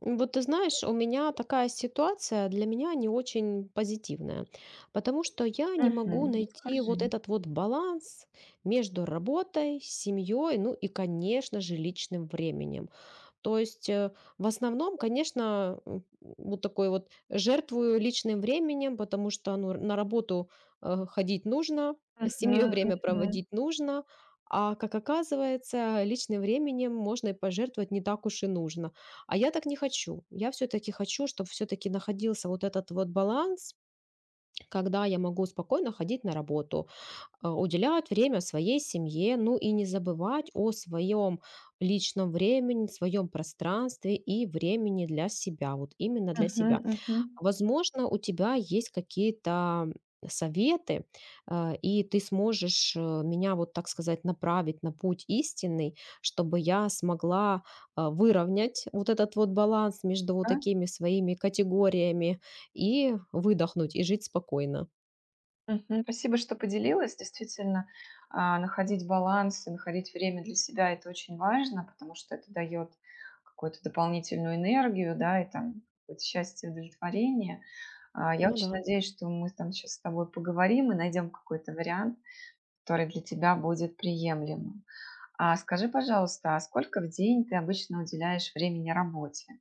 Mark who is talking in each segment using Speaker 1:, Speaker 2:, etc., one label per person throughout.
Speaker 1: Вот ты знаешь, у меня такая ситуация для меня не очень позитивная, потому что я не
Speaker 2: Мгм.
Speaker 1: могу найти
Speaker 2: Расскажи.
Speaker 1: вот этот вот баланс между работой, семьей, ну и, конечно же, личным временем. То есть в основном, конечно, вот такой вот жертвую личным временем, потому что ну, на работу ходить нужно, с
Speaker 2: Мгм,
Speaker 1: семьей время
Speaker 2: мгм,
Speaker 1: проводить нужно, а как оказывается, личным временем можно и пожертвовать не так уж и нужно. А я так не хочу. Я все-таки хочу, чтобы все-таки находился вот этот вот баланс, когда я могу спокойно ходить на работу, а, уделять время своей семье, ну и не забывать о своем личном времени, своем пространстве и времени для себя, вот именно для
Speaker 2: мгм,
Speaker 1: себя.
Speaker 2: мгм.
Speaker 1: Возможно, у тебя есть какие-то советы, а, и ты сможешь меня, вот так сказать, направить на путь истинный, чтобы я смогла а, выровнять вот этот вот баланс между вот
Speaker 2: Да?
Speaker 1: такими своими категориями и выдохнуть, и жить спокойно.
Speaker 2: Мгм. Спасибо, что поделилась. Действительно, находить баланс и находить время для себя — это очень важно, потому что это дает какую-то дополнительную энергию, да, и там какое-то счастье, удовлетворение. А, я
Speaker 1: Ну
Speaker 2: очень
Speaker 1: да.
Speaker 2: надеюсь, что мы там сейчас с тобой поговорим и найдем какой-то вариант, который для тебя будет приемлемым. А скажи, пожалуйста, а сколько в день ты обычно уделяешь времени работе?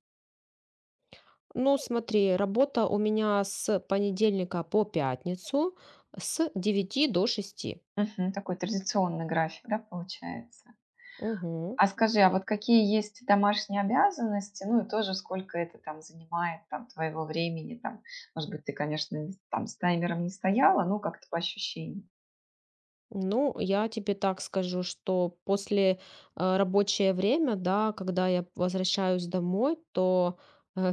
Speaker 1: Ну, смотри, работа у меня с понедельника по пятницу с 9 до 6.
Speaker 2: Мгм. Такой традиционный график, да, получается?
Speaker 1: Мгм.
Speaker 2: А скажи, а вот какие есть домашние обязанности? Ну и тоже сколько это там занимает там твоего времени? Там, может быть, ты, конечно, не там с таймером не стояла, ну как-то по ощущениям.
Speaker 1: Ну, я тебе так скажу, что после рабочее время, да, когда я возвращаюсь домой, то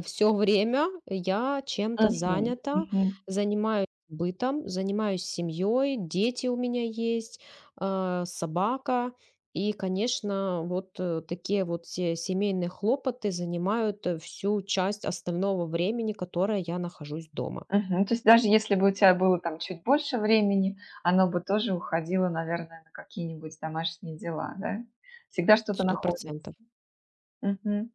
Speaker 1: все время я чем-то
Speaker 2: Мгм.
Speaker 1: занята,
Speaker 2: Мгм.
Speaker 1: занимаюсь бытом, занимаюсь семьей, дети у меня есть, собака. И, конечно, вот такие вот все семейные хлопоты занимают всю часть остального времени, которое я нахожусь дома.
Speaker 2: Мгм. То есть даже если бы у тебя было там чуть больше времени, оно бы тоже уходило, наверное, на какие-нибудь домашние дела, да? Всегда что-то
Speaker 1: Сто
Speaker 2: находится.
Speaker 1: процентов.
Speaker 2: Мгм.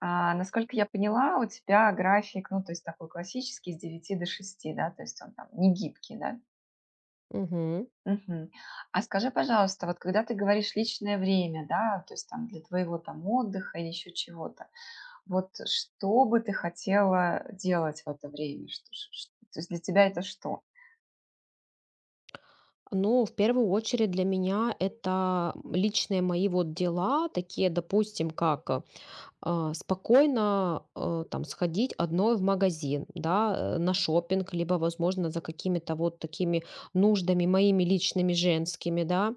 Speaker 2: А, насколько я поняла, у тебя график, ну, то есть такой классический, с девяти до шести, да, то есть он там не гибкий, да? Мгм. А скажи, пожалуйста, вот когда ты говоришь личное время, да, то есть там для твоего там отдыха или еще чего-то, вот что бы ты хотела делать в это время? Что, то есть для тебя это что?
Speaker 1: Ну, в первую очередь для меня это, личные мои вот дела, такие, допустим, как а, спокойно там сходить одной в магазин, да, на шопинг, либо, возможно, за какими-то вот такими нуждами моими личными женскими, да,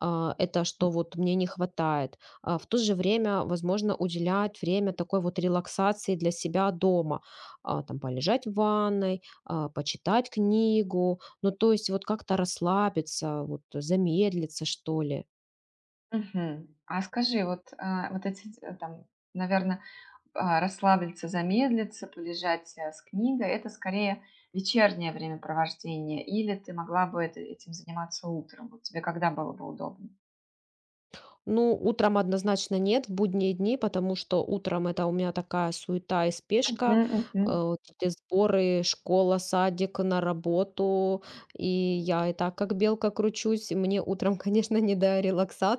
Speaker 1: а, это что вот мне не хватает. А в то же время, возможно, уделять время такой вот релаксации для себя дома, а, там полежать в ванной, а, почитать книгу, ну то есть вот как-то расслабиться, вот замедлиться что ли.
Speaker 2: Мгм. А скажи, вот, а, вот эти там, наверное, а, расслабиться, замедлиться, полежать с книгой, это скорее вечернее времяпровождение, или ты могла бы этим заниматься утром? Вот тебе когда было бы удобно?
Speaker 1: Ну, утром однозначно нет, в будние дни, потому что утром это у меня такая суета и спешка,
Speaker 2: Мгм, мгм.
Speaker 1: вот эти сборы, школа, садик, на работу, и я и так как белка кручусь, и мне утром, конечно, не до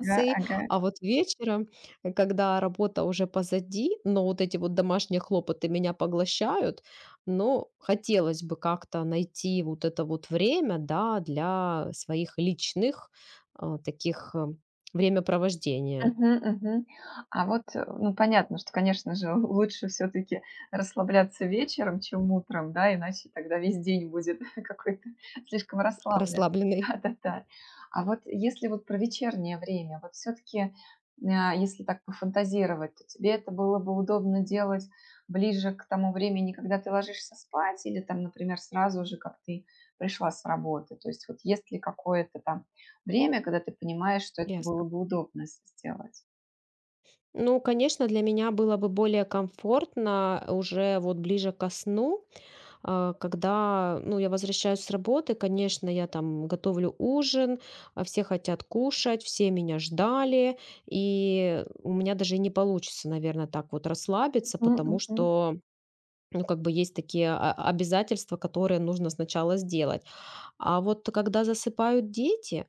Speaker 2: Ага, ага.
Speaker 1: а вот вечером, когда работа уже позади, но вот эти вот домашние хлопоты меня поглощают, но хотелось бы как-то найти вот это вот время, да, для своих личных а, таких времяпровождения.
Speaker 2: Мгм, мгм. А вот, ну, понятно, что, конечно же, лучше все-таки расслабляться вечером, чем утром, да, иначе тогда весь день будет какой-то слишком расслаблен.
Speaker 1: Расслабленный.
Speaker 2: Да-да-да. А вот если вот про вечернее время, вот все-таки, если так пофантазировать, то тебе это было бы удобно делать ближе к тому времени, когда ты ложишься спать, или там, например, сразу же, как ты пришла с работы. То есть вот есть ли какое-то там время, когда ты понимаешь, что это было
Speaker 1: Ясно.
Speaker 2: бы удобно сделать.
Speaker 1: Ну, конечно, для меня было бы более комфортно уже вот ближе ко сну, а, когда, ну, я возвращаюсь с работы, конечно, я там готовлю ужин, а все хотят кушать, все меня ждали, и у меня даже не получится, наверное, так вот расслабиться,
Speaker 2: Мгм,
Speaker 1: потому
Speaker 2: мгм.
Speaker 1: что, ну, как бы есть такие а, обязательства, которые нужно сначала сделать. А вот когда засыпают дети,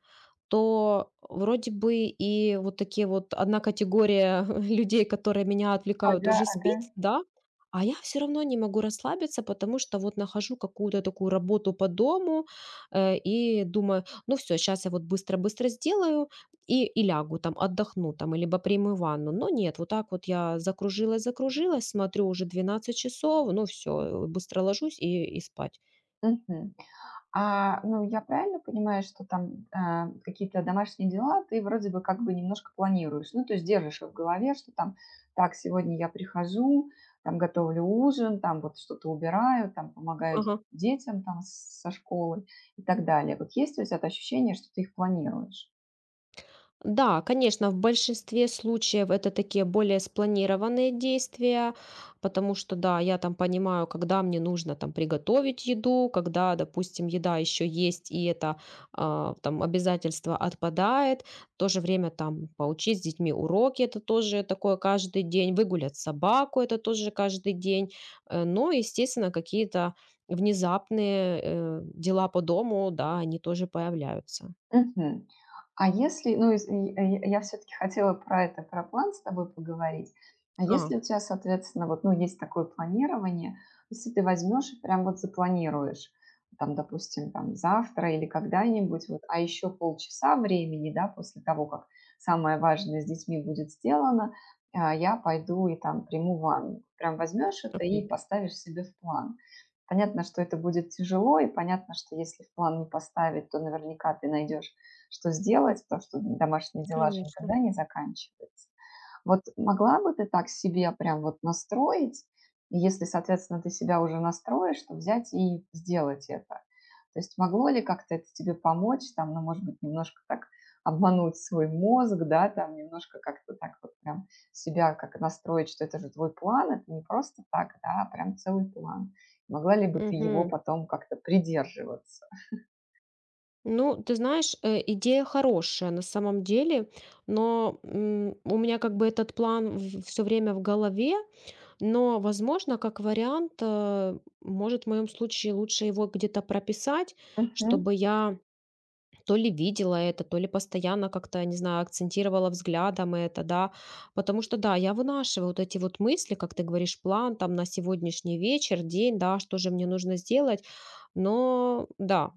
Speaker 1: то вроде бы и вот такие вот одна категория людей, которые меня отвлекают,
Speaker 2: Ага,
Speaker 1: уже
Speaker 2: ага.
Speaker 1: спит, да, а я все равно не могу расслабиться, потому что вот нахожу какую-то такую работу по дому и думаю, ну все, сейчас я вот быстро-быстро сделаю и лягу там, отдохну там, и либо приму ванну. Но нет, вот так вот я закружилась, закружилась, смотрю уже 12 часов, ну все, быстро ложусь и спать.
Speaker 2: Мгм. А, ну, я правильно понимаю, что там какие-то домашние дела ты вроде бы как бы немножко планируешь, ну, то есть держишь в голове, что там, так, сегодня я прихожу, там готовлю ужин, там вот что-то убираю, там помогаю
Speaker 1: Ага.
Speaker 2: детям там со школы и так далее. Вот есть у тебя это ощущение, что ты их планируешь?
Speaker 1: Да, конечно, в большинстве случаев это такие более спланированные действия, потому что, да, я там понимаю, когда мне нужно там приготовить еду, когда, допустим, еда еще есть, и это а, там обязательство отпадает, в то же время там поучить с детьми уроки, это тоже такое каждый день, выгулять собаку, это тоже каждый день. Но, естественно, какие-то внезапные дела по дому, да, они тоже появляются.
Speaker 2: Мгм. А если, ну, я все таки хотела про это, про план с тобой поговорить. А
Speaker 1: А,
Speaker 2: если у тебя, соответственно, вот, ну, есть такое планирование, если ты возьмешь и прям вот запланируешь, там, допустим, там, завтра или когда-нибудь, вот, а еще полчаса времени, да, после того, как самое важное с детьми будет сделано, я пойду и там приму ванну. Прям возьмешь это и
Speaker 1: окей,
Speaker 2: поставишь себе в план. Понятно, что это будет тяжело, и понятно, что если в план не поставить, то наверняка ты найдешь, что сделать, потому что домашние дела же
Speaker 1: конечно.
Speaker 2: никогда не заканчиваются. Вот могла бы ты так себе прям вот настроить, и если, соответственно, ты себя уже настроишь, то взять и сделать это. То есть могло ли как-то это тебе помочь, там, ну, может быть, немножко так обмануть свой мозг, да, там немножко как-то так вот прям себя как настроить, что это же твой план, это не просто так, да, а прям целый план. Могла ли бы ты его
Speaker 1: Мгм.
Speaker 2: потом как-то придерживаться?
Speaker 1: Ну, ты знаешь, идея хорошая на самом деле, но у меня как бы этот план все время в голове, но, возможно, как вариант, может, в моем случае лучше его где-то прописать,
Speaker 2: Мгм.
Speaker 1: чтобы я то ли видела это, то ли постоянно как-то, не знаю, акцентировала взглядом это, да, потому что, да, я вынашиваю вот эти вот мысли, как ты говоришь, план там на сегодняшний вечер, день, да, что же мне нужно сделать, но, да,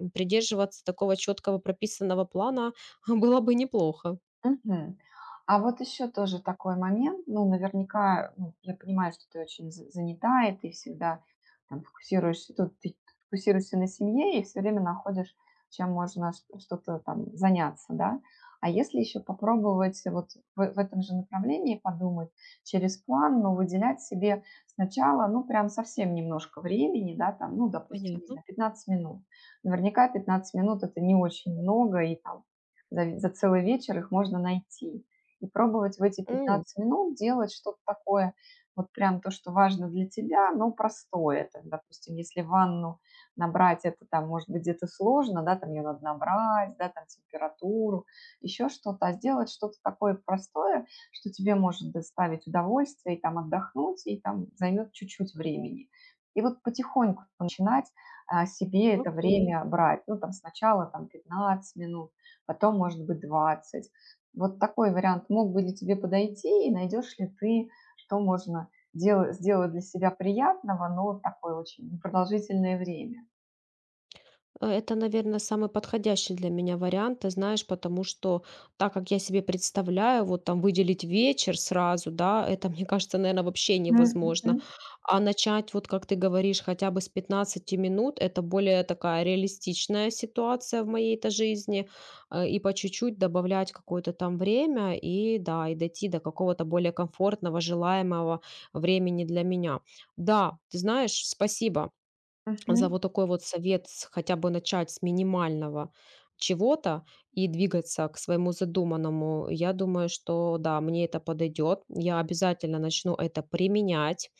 Speaker 1: Придерживаться такого четкого прописанного плана было бы неплохо.
Speaker 2: Мгм. А вот еще тоже такой момент. Ну, наверняка, ну, я понимаю, что ты очень занята, и ты всегда там фокусируешься, тут ты фокусируешься на семье и все время находишь, чем можно что-то там заняться, да? А если еще попробовать вот в этом же направлении подумать через план, но выделять себе сначала, ну, прям совсем немножко времени, да, там, ну, допустим, не
Speaker 1: Понятно.
Speaker 2: знаю, 15 минут. Наверняка 15 минут это не очень много, и там за целый вечер их можно найти. И пробовать в эти
Speaker 1: М,
Speaker 2: 15 минут делать что-то такое, вот прям то, что важно для тебя, но простое. Там, допустим, если ванну набрать, это там может быть где-то сложно, да, там ее надо набрать, да, там температуру, еще что-то, а сделать что-то такое простое, что тебе может доставить удовольствие, и там отдохнуть, и там займет чуть-чуть времени. И вот потихоньку начинать себе это
Speaker 1: окей.
Speaker 2: время брать. Ну, там сначала там 15 минут, потом, может быть, 20. Вот такой вариант мог бы ли тебе подойти, и найдешь ли ты, что можно сделать для себя приятного, но такое очень непродолжительное время?
Speaker 1: Это, наверное, самый подходящий для меня вариант, ты знаешь, потому что так как я себе представляю, вот там выделить вечер сразу, да, это, мне кажется, наверное, вообще
Speaker 2: Мгм, мгм,
Speaker 1: невозможно. А начать, вот как ты говоришь, хотя бы с 15 минут, это более такая реалистичная ситуация в моей-то жизни, и по чуть-чуть добавлять какое-то там время, и да, и дойти до какого-то более комфортного, желаемого времени для меня. Да, ты знаешь, спасибо за
Speaker 2: мгм,
Speaker 1: вот такой вот совет с- хотя бы начать с минимального чего-то и двигаться к своему задуманному, я думаю, что да, мне это подойдет. Я обязательно начну это применять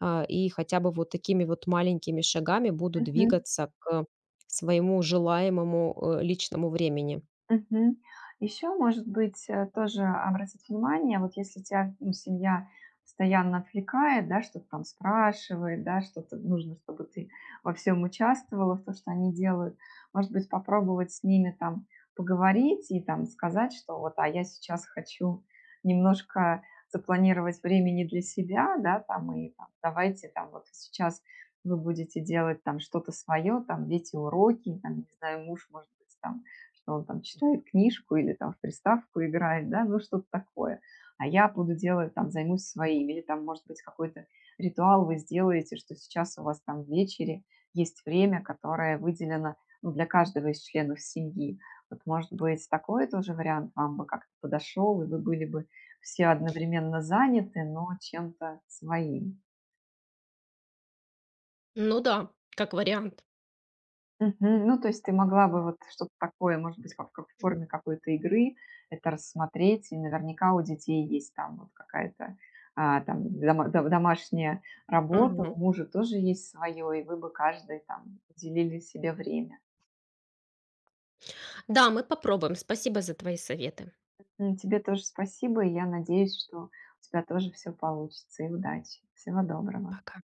Speaker 1: а, и хотя бы вот такими вот маленькими шагами буду
Speaker 2: мгм.
Speaker 1: двигаться к своему желаемому личному времени.
Speaker 2: Мгм. Еще, может быть, тоже обратить внимание, вот если тебя, ну, семья постоянно отвлекает, да, что-то там спрашивает, да, что-то нужно, чтобы ты во всем участвовала, в то, что они делают. Может быть, попробовать с ними там поговорить и там сказать, что вот, а я сейчас хочу немножко запланировать времени для себя, да, там, и там, давайте там вот сейчас вы будете делать там что-то свое, там дети уроки, там, не знаю, муж, может быть, там что он там читает книжку или там в приставку играет, да, ну что-то такое. А я буду делать, там, займусь своим. Или там, может быть, какой-то ритуал вы сделаете, что сейчас у вас там в вечере есть время, которое выделено ну, для каждого из членов семьи. Вот, может быть, такой тоже вариант вам бы как-то подошел, и вы были бы все одновременно заняты, но чем-то своим.
Speaker 1: Ну да, как вариант.
Speaker 2: Мгм. Ну, то есть ты могла бы вот что-то такое, может быть, как в форме какой-то игры это рассмотреть, и наверняка у детей есть там вот какая-то, там дома до домашняя работа, у
Speaker 1: Мгм.
Speaker 2: мужа тоже есть свое, и вы бы каждый там уделили себе время.
Speaker 1: Да, мы попробуем. Спасибо за твои советы.
Speaker 2: Тебе тоже спасибо, и я надеюсь, что у тебя тоже все получится, и удачи. Всего доброго.
Speaker 1: Пока.